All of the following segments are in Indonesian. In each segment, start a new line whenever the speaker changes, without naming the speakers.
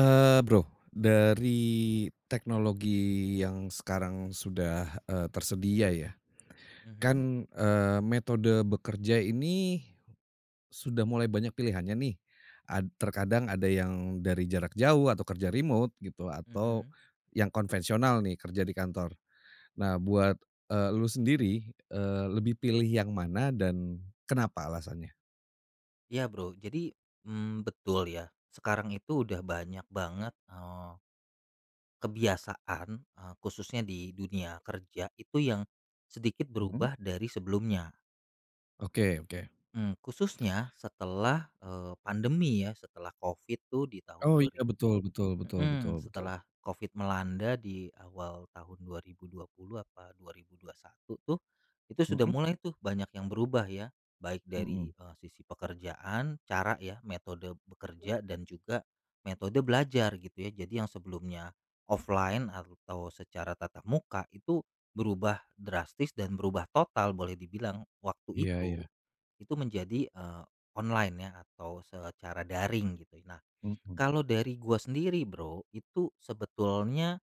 Bro, dari teknologi yang sekarang sudah, tersedia ya,
Mhm
kan, metode bekerja ini sudah mulai banyak pilihannya nih. Ad terkadang ada yang dari jarak jauh atau kerja remote gitu, atau
mhm.
yang konvensional nih kerja di kantor. Nah buat, lu sendiri, lebih pilih yang mana dan kenapa alasannya?
Iya, Bro. Jadi, betul ya, sekarang itu udah banyak banget, kebiasaan, khususnya di dunia kerja itu yang sedikit
Mhm.
berubah dari sebelumnya.
Oke, oke.
Khususnya setelah, pandemi ya, setelah Covid tuh di tahun
Oh
dua
iya,
rib
betul, betul, betul, betul,
Mhm,
betul.
setelah Covid melanda di awal tahun 2020 apa 2021 tuh, itu sudah
Mhm
mulai tuh banyak yang berubah ya, baik dari,
mhm.
sisi pekerjaan, cara ya, metode bekerja dan juga metode belajar gitu ya. Jadi yang sebelumnya offline atau secara tatap muka itu berubah drastis dan berubah total boleh dibilang waktu
Iya, iya.
itu menjadi, online ya atau secara daring gitu. Nah
Mhm.
kalau dari gua sendiri Bro, itu sebetulnya,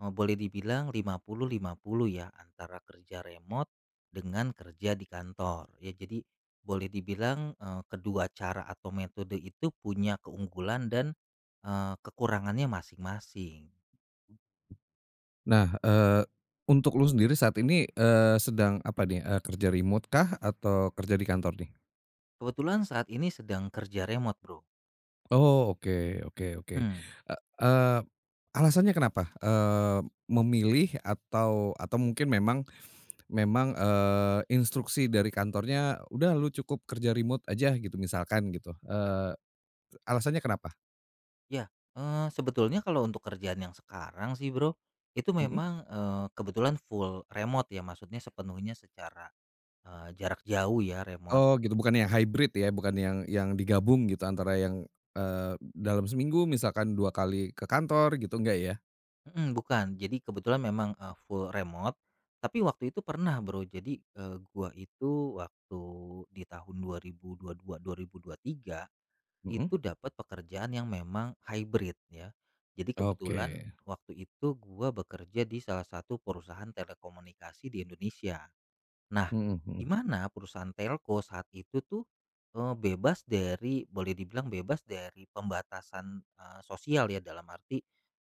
boleh dibilang 50 50 ya antara kerja remote dengan kerja di kantor. Ya jadi boleh dibilang, kedua cara atau metode itu punya keunggulan dan, kekurangannya masing-masing.
Nah, untuk lu sendiri saat ini, sedang apa nih, kerja remote kah atau kerja di kantor nih?
Kebetulan saat ini sedang kerja remote Bro,
Oh, oke, oke, oke.
mhm.
Eee, alasannya kenapa, memilih atau mungkin memang memang, eee, instruksi dari kantornya, "Udah lu cukup kerja remote aja," gitu misalkan gitu, alasannya kenapa?
Ya, sebetulnya kalau untuk kerjaan yang sekarang sih Bro, itu
Mhm.
memang, kebetulan full remote ya maksudnya sepenuhnya secara jarak jauh ya remote,
Oh gitu, bukan yang hybrid ya, bukan yang digabung gitu antara yang, dalam seminggu misalkan 2 kali ke kantor gitu, enggak ya?
mhm, bukan. Jadi kebetulan memang, full remote, tapi waktu itu pernah Bro, jadi, gua itu waktu di tahun 2022, 2023
Mhm.
itu dapat pekerjaan yang memang hybrid ya. Jadi kebetulan
Oke.
waktu itu gua bekerja di salah satu perusahaan telekomunikasi di Indonesia. Nah,
Mhm
di
mhm.
mana perusahaan telco saat itu tuh, bebas dari boleh dibilang bebas dari pembatasan, sosial ya dalam arti,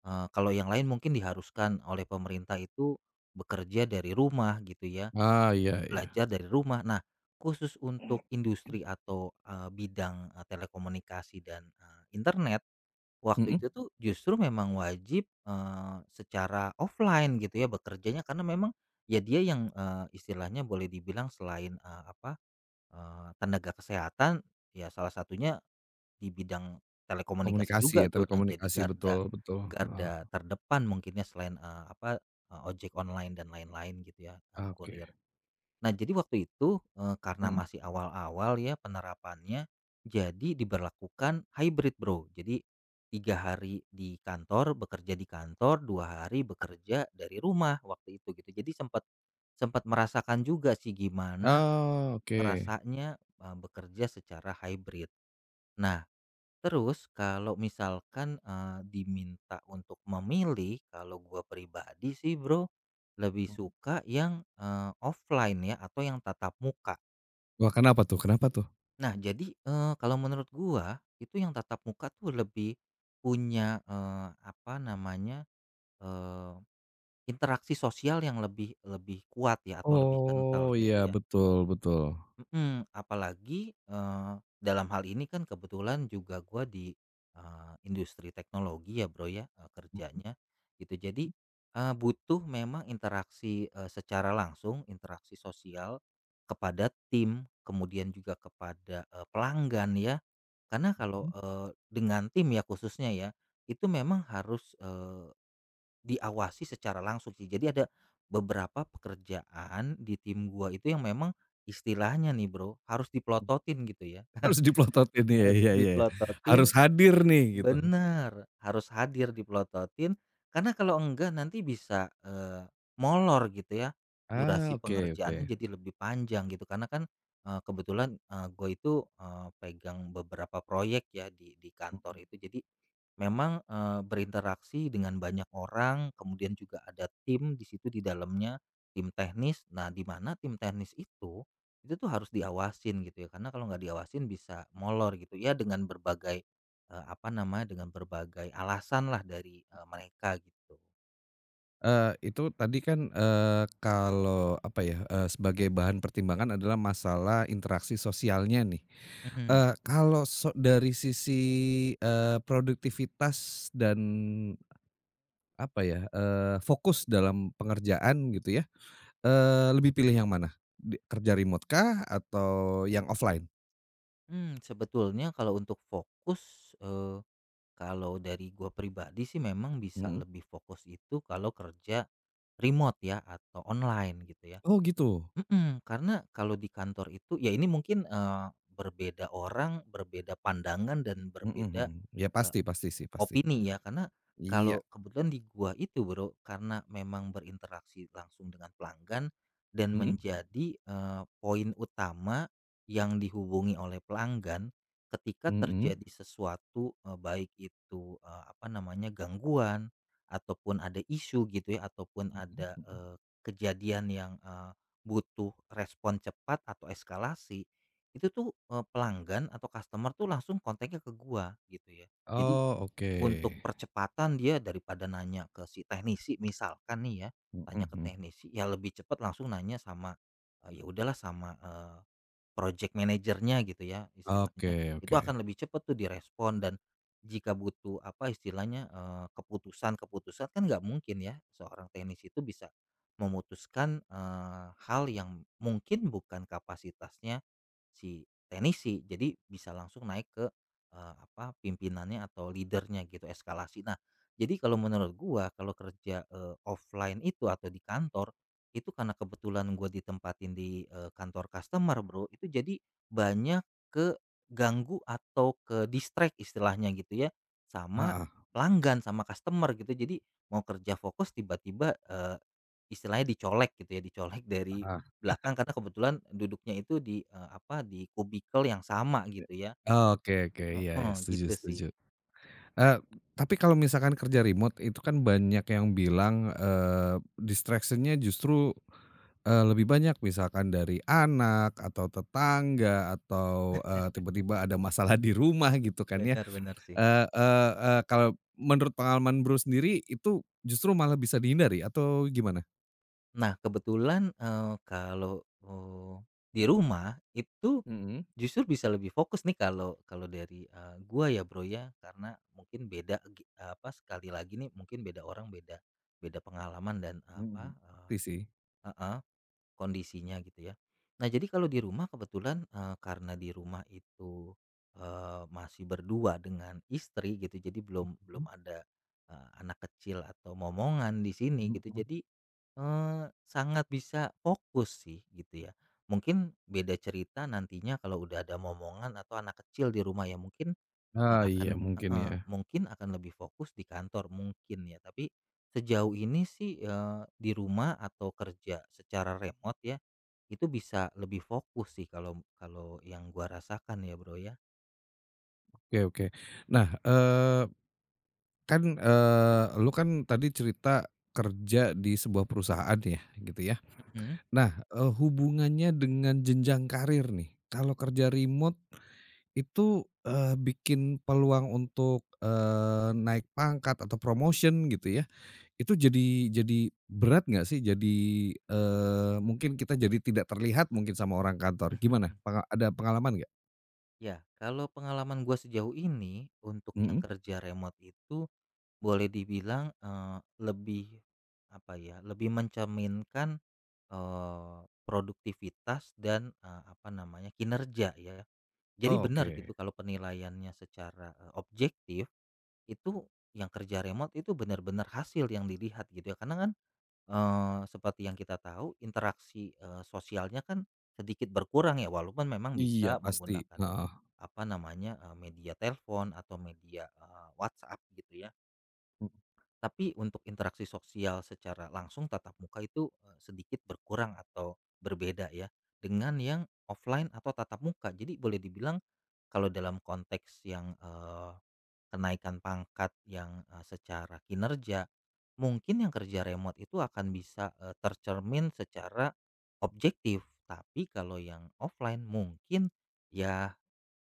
kalau yang lain mungkin diharuskan oleh pemerintah itu bekerja dari rumah gitu ya,
Ah, iya, iya.
belajar dari rumah. Nah, khusus untuk industri atau, bidang, telekomunikasi dan, internet. Waktu
Mhm.
itu tuh justru memang wajib, secara offline gitu ya bekerjanya karena memang ya dia yang, istilahnya boleh dibilang selain, apa, tenaga kesehatan ya salah satunya di bidang telekomunikasi
Komunikasi
juga
ya,
tuh yang jadi
telekomunikasi,
garda
betul, betul, heeh.
garda terdepan mungkinnya selain, apa, ojek online dan lain-lain gitu ya,
Oke.
kurir. Nah, jadi waktu itu, karena
Mhm.
masih awal-awal ya penerapannya, jadi diberlakukan hybrid, Bro. Jadi 3 hari di kantor, bekerja di kantor, 2 hari bekerja dari rumah waktu itu gitu. Jadi sempat sempat merasakan juga sih gimana
Oh, oke.
rasanya, bekerja secara hybrid. Nah, terus kalau misalkan, diminta untuk memilih, kalau gua pribadi sih, Bro, lebih suka yang, offline ya atau yang tatap muka.
Wah kenapa tuh, kenapa tuh?
Nah, jadi, kalau menurut gua, itu yang tatap muka tuh lebih punya, apa namanya, eee, interaksi sosial yang lebih lebih kuat ya, atau lebih kental
Oh, iya
gitu ya.
betul, betul.
Mhm, apalagi, dalam hal ini kan kebetulan juga gua di, industri teknologi ya, Bro, ya,
Mhm.
kerjanya gitu. Jadi, butuh memang interaksi, secara langsung, interaksi sosial kepada tim, kemudian juga kepada, pelanggan ya. Karena kalau, dengan tim ya khususnya ya, itu memang harus, diawasi secara langsung sih. Jadi ada beberapa pekerjaan di tim gua itu yang memang istilahnya nih, Bro, harus dipelototin gitu ya.
Harus dipelototin, iya,
Harus
iya, iya. Harus
dipelototin
hadir nih gitu.
bener, harus hadir dipelototin karena kalau enggak nanti bisa, molor gitu ya.
Ah,
Durasi
oke, oke.
pengerjaannya jadi lebih panjang gitu karena kan, kebetulan, gue itu, pegang beberapa proyek ya di kantor itu. Jadi memang, berinteraksi dengan banyak orang, kemudian juga ada tim di situ di dalamnya, tim teknis. Nah, di mana tim teknis itu tuh harus diawasin gitu ya, karena kalau nggak diawasin bisa molor gitu ya dengan berbagai, apa namanya, dengan berbagai alasan lah dari, mereka gitu.
Itu tadi kan, kalau apa ya, sebagai bahan pertimbangan adalah masalah interaksi sosialnya nih.
Mhm.
Kalau so dari sisi, produktivitas dan apa ya, fokus dalam pengerjaan gitu ya, lebih pilih yang mana? Di kerja remote kah atau yang offline?
Sebetulnya kalau untuk fokus, kalau dari gua pribadi sih memang bisa
Mhm.
lebih fokus itu kalau kerja remote ya atau online gitu ya.
Oh gitu?
Mhm, karena kalau di kantor itu ya ini mungkin, berbeda orang, berbeda pandangan dan
Mhm mhm.
berbeda,
Ya pasti, pasti sih, pasti.
opini ya, karena
Iya.
kalau kebetulan di gua itu Bro, karena memang berinteraksi langsung dengan pelanggan dan
Mhm.
menjadi, poin utama yang dihubungi oleh pelanggan ketika
Mhm.
terjadi sesuatu, baik itu, apa namanya, gangguan ataupun ada isu gitu ya, ataupun ada, kejadian yang, butuh respon cepat atau eskalasi, itu tuh, pelanggan atau customer tuh langsung kontaknya ke gua gitu ya. Jadi
Oh oke.
untuk percepatan dia daripada nanya ke si teknisi misalkan nih ya,
Mhm
tanya ke
mhm.
teknisi, ya lebih cepat langsung nanya sama, ya udahlah sama, project manajernya gitu ya istilahnya.
Oke,
Itu
oke.
akan lebih cepat tuh direspon dan jika butuh apa istilahnya, keputusan-keputusan kan nggak mungkin ya seorang teknisi itu bisa memutuskan, hal yang mungkin bukan kapasitasnya si teknisi, jadi bisa langsung naik ke, apa, pimpinannya atau leadernya gitu, eskalasi. Nah, jadi kalau menurut gua kalau kerja, offline itu atau di kantor, itu karena kebetulan gua ditempatin di, kantor customer Bro, itu jadi banyak keganggu atau ke-distract istilahnya gitu ya, sama
Heeh
pelanggan, sama customer gitu. Jadi mau kerja fokus tiba-tiba, istilahnya dicolek gitu ya, dicolek dari
heeh.
belakang karena kebetulan duduknya itu di, apa, di kubikel yang sama
E
gitu ya.
oke, oke, iya, iya,
Heeh,
setuju,
gitu
setuju.
sih.
Eee, tapi kalau misalkan kerja remote itu kan banyak yang bilang, eee, distraction-nya justru, lebih banyak misalkan dari anak atau tetangga atau, tiba-tiba ada masalah di rumah gitu kan ya.
Benar-benar sih.
Eee eee eee, kalau menurut pengalaman Bro sendiri itu justru malah bisa dihindari atau gimana?
Nah kebetulan, kalau, di rumah itu
Mhm
justru bisa lebih fokus nih kalau kalau dari, gua ya Bro ya, karena mungkin beda gi apa, sekali lagi nih mungkin beda orang, beda beda pengalaman dan apa,
mhm. Ngerti sih.
heeh. Kondisinya gitu ya. Nah jadi kalau di rumah kebetulan, karena di rumah itu, masih berdua dengan istri gitu jadi belum belum
Mhm
ada, anak kecil atau momongan di sini
mhm
gitu
mhm.
jadi, sangat bisa fokus sih gitu ya. Mungkin beda cerita nantinya kalau udah ada momongan atau anak kecil di rumah ya mungkin
Ah,
akan
iya mungkin
heeh,
ya.
mungkin akan lebih fokus di kantor mungkin ya, tapi sejauh ini sih, di rumah atau kerja secara remote ya, itu bisa lebih fokus sih kalau kalau yang gua rasakan ya, Bro, ya.
Oke, oke. Nah, kan, lu kan tadi cerita kerja di sebuah perusahaan ya, gitu ya.
Mhm.
Nah, hubungannya dengan jenjang karir nih, kalau kerja remote itu, bikin peluang untuk, naik pangkat atau promotion gitu ya, itu jadi berat nggak sih? Jadi, mungkin kita jadi tidak terlihat mungkin sama orang kantor, gimana? Penga ada pengalaman nggak?
Ya, kalau pengalaman gua sejauh ini untuk yang
Mhm.
kerja remote itu boleh dibilang, lebih apa ya, lebih mencerminkan, eee, produktivitas dan, apa namanya, kinerja ya. Jadi
Oh,
benar
oke.
gitu kalau penilaiannya secara, objektif, itu yang kerja remote itu benar-benar hasil yang dilihat gitu ya. Karena kan, seperti yang kita tahu interaksi, sosialnya kan sedikit berkurang ya, walaupun memang
Iya,
bisa
pasti.
menggunakan,
Heeh.
apa namanya, media telepon atau media, WhatsApp gitu ya. Tapi untuk interaksi sosial secara langsung tatap muka itu, sedikit berkurang atau berbeda ya, dengan yang offline atau tatap muka. Jadi boleh dibilang kalau dalam konteks yang, kenaikan pangkat yang, secara kinerja, mungkin yang kerja remote itu akan bisa, tercermin secara objektif. Tapi kalau yang offline mungkin ya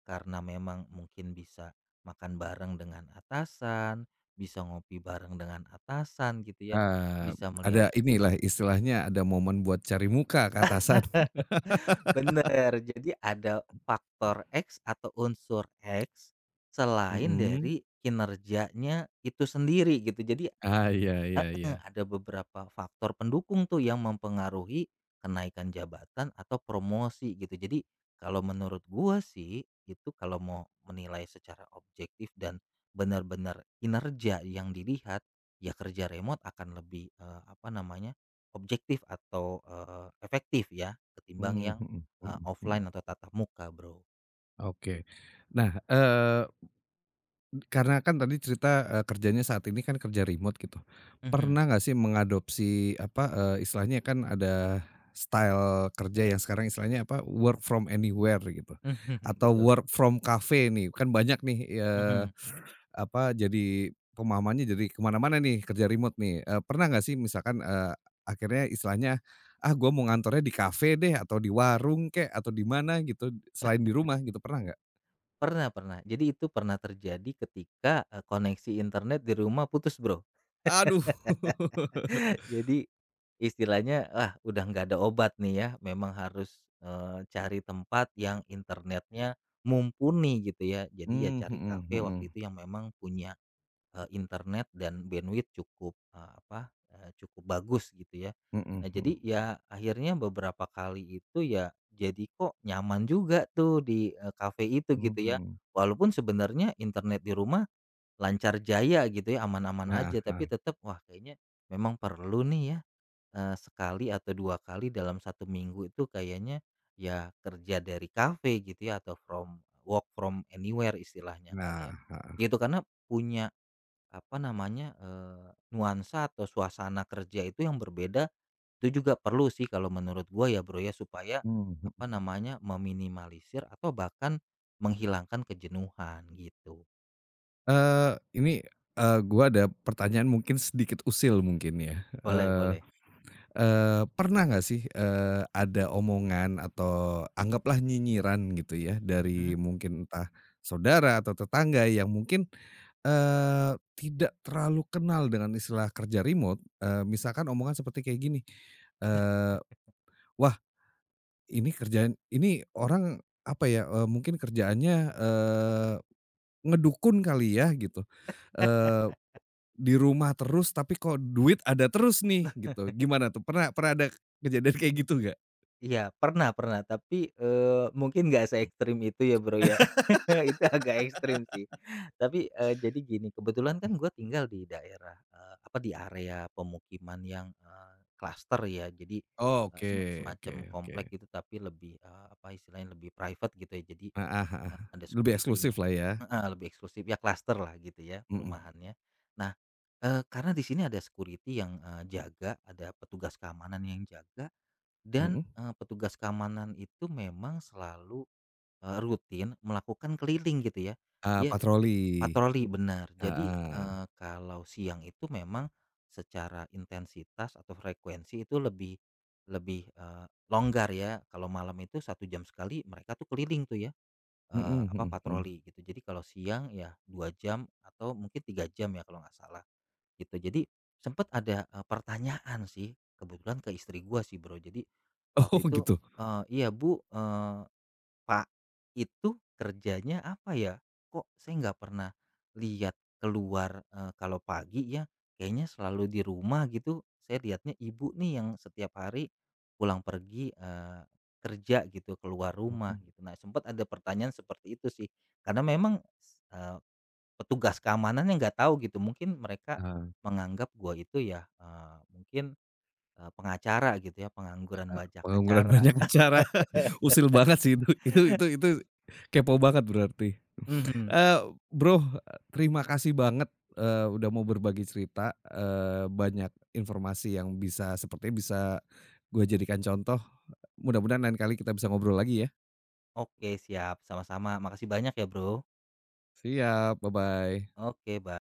karena memang mungkin bisa makan bareng dengan atasan, bisa ngopi bareng dengan atasan gitu ya,
Eee,
bisa melihat.
ada inilah istilahnya ada momen buat cari muka ke atasan.
Bener, jadi ada faktor X atau unsur X selain
Mhm.
dari kinerjanya itu sendiri gitu. Jadi
Ah, iya, iya, iya.
heeh, ada beberapa faktor pendukung tuh yang mempengaruhi kenaikan jabatan atau promosi gitu. Jadi kalau menurut gua sih itu kalau mau menilai secara objektif dan benar-benar kinerja yang dilihat ya kerja remote akan lebih apa namanya objektif atau efektif ya ketimbang
Mhm
yang
mhm mhm mhm.
offline atau tatap muka Bro.
Oke. Nah, karena kan tadi cerita, kerjanya saat ini kan kerja remote gitu.
Mhm,
Pernah nggak sih mengadopsi apa, istilahnya kan ada style kerja yang sekarang istilahnya apa, work from anywhere gitu
mhm,
atau
betul.
work from cafe nih, kan banyak nih,
Mhm.
apa, jadi pemahamannya jadi kemana mana nih, kerja remote nih. Pernah nggak sih misalkan, akhirnya istilahnya, "Ah, gue mau ngantornya di kafe deh, atau di warung kek, atau di mana," gitu, selain di rumah gitu, pernah nggak?
Pernah pernah. Jadi itu pernah terjadi ketika, koneksi internet di rumah putus, Bro.
Aduh.
Jadi istilahnya, ah, udah nggak ada obat nih ya, memang harus, cari tempat yang internetnya mumpuni gitu ya. Jadi ya
Mmm,
cari
mhm
kafe waktu
mhm.
itu yang memang punya, internet dan bandwidth cukup, apa, cukup bagus gitu ya.
Mhm
Nah jadi
mhm.
ya akhirnya beberapa kali itu ya jadi kok nyaman juga tuh di, kafe itu gitu ya.
Mmm.
Walaupun sebenarnya internet di rumah lancar jaya gitu ya, aman-aman
Nah,
aja, tapi
heeh.
tetap, wah kayaknya memang perlu nih ya, sekali atau 2 kali dalam 1 minggu itu kayaknya ya kerja dari kafe gitu ya atau work from anywhere istilahnya kan
Nah,
ya.
heeh.
Gitu, karena punya apa namanya, nuansa atau suasana kerja itu yang berbeda, itu juga perlu sih kalau menurut gua ya Bro ya, supaya
Mmm, mhm.
apa namanya, meminimalisir atau bahkan menghilangkan kejenuhan gitu.
Ini, gua ada pertanyaan mungkin sedikit usil mungkin ya.
Boleh
Eh,
boleh.
Pernah nggak sih, ada omongan atau anggaplah nyinyiran gitu ya
Mhm.
dari mungkin entah saudara atau tetangga yang mungkin, eee, tidak terlalu kenal dengan istilah kerja remote, misalkan omongan seperti kayak gini, eee, "Wah ini kerjaan ini orang apa ya, mungkin kerjaannya, ngedukun kali ya?" Gitu, eee, "Di rumah terus tapi kok duit ada terus nih." Gitu, gimana tuh, pernah, pernah ada kejadian kayak gitu nggak?
Iya, pernah pernah, tapi, mungkin nggak se-ekstrim itu ya, Bro, ya. Itu agak ekstrim sih. Tapi, jadi gini, kebetulan kan gue tinggal di daerah, apa, di area pemukiman yang, klaster ya. Jadi,
Oh, oke, oke,
semacam
oke.
komplek gitu, tapi lebih, apa istilahnya, lebih private gitu ya. Jadi,
Heeh heeh.
ada
Lebih eksklusif
security-nya.
lah ya.
Heeh, lebih eksklusif, ya klaster lah gitu ya,
Mhm
perumahannya. Nah, karena di sini ada security yang, jaga, ada petugas keamanan yang jaga dan,
mhm.
petugas keamanan itu memang selalu, rutin melakukan keliling gitu ya. Dia
Patroli.
patroli benar. Jadi,
Heeh.
kalau siang itu memang secara intensitas atau frekuensi itu lebih lebih, longgar ya. Kalau malam itu 1 jam sekali mereka tuh keliling tuh ya,
Mhm
apa,
mhm mhm.
patroli gitu. Jadi kalau siang ya 2 jam atau mungkin 3 jam ya kalau nggak salah. Gitu. Jadi sempet ada, pertanyaan sih, kebetulan ke istri gua sih, Bro. Jadi
Oh
waktu itu,
gitu.
"Iya, Bu, Pak itu kerjanya apa ya? Kok saya nggak pernah lihat keluar, kalau pagi ya, kayaknya selalu di rumah gitu. Saya lihatnya Ibu nih yang setiap hari pulang pergi, kerja gitu, keluar rumah,"
Mhm,
gitu. Nah, sempat ada pertanyaan seperti itu sih, karena memang petugas keamanannya nggak tahu gitu, mungkin mereka
heeh.
menganggap gua itu ya, mungkin, pengacara gitu ya, pengangguran bajak
Pengangguran
acara.
banyak acara. Usil banget sih, itu kepo banget berarti.
Mhm,
Eee, Bro, terima kasih banget, udah mau berbagi cerita, banyak informasi yang bisa sepertinya bisa gue jadikan contoh. Mudah-mudahan lain kali kita bisa ngobrol lagi ya.
oke siap, sama-sama, makasih banyak ya, Bro.
Siap, bye-bye.
Oke, ba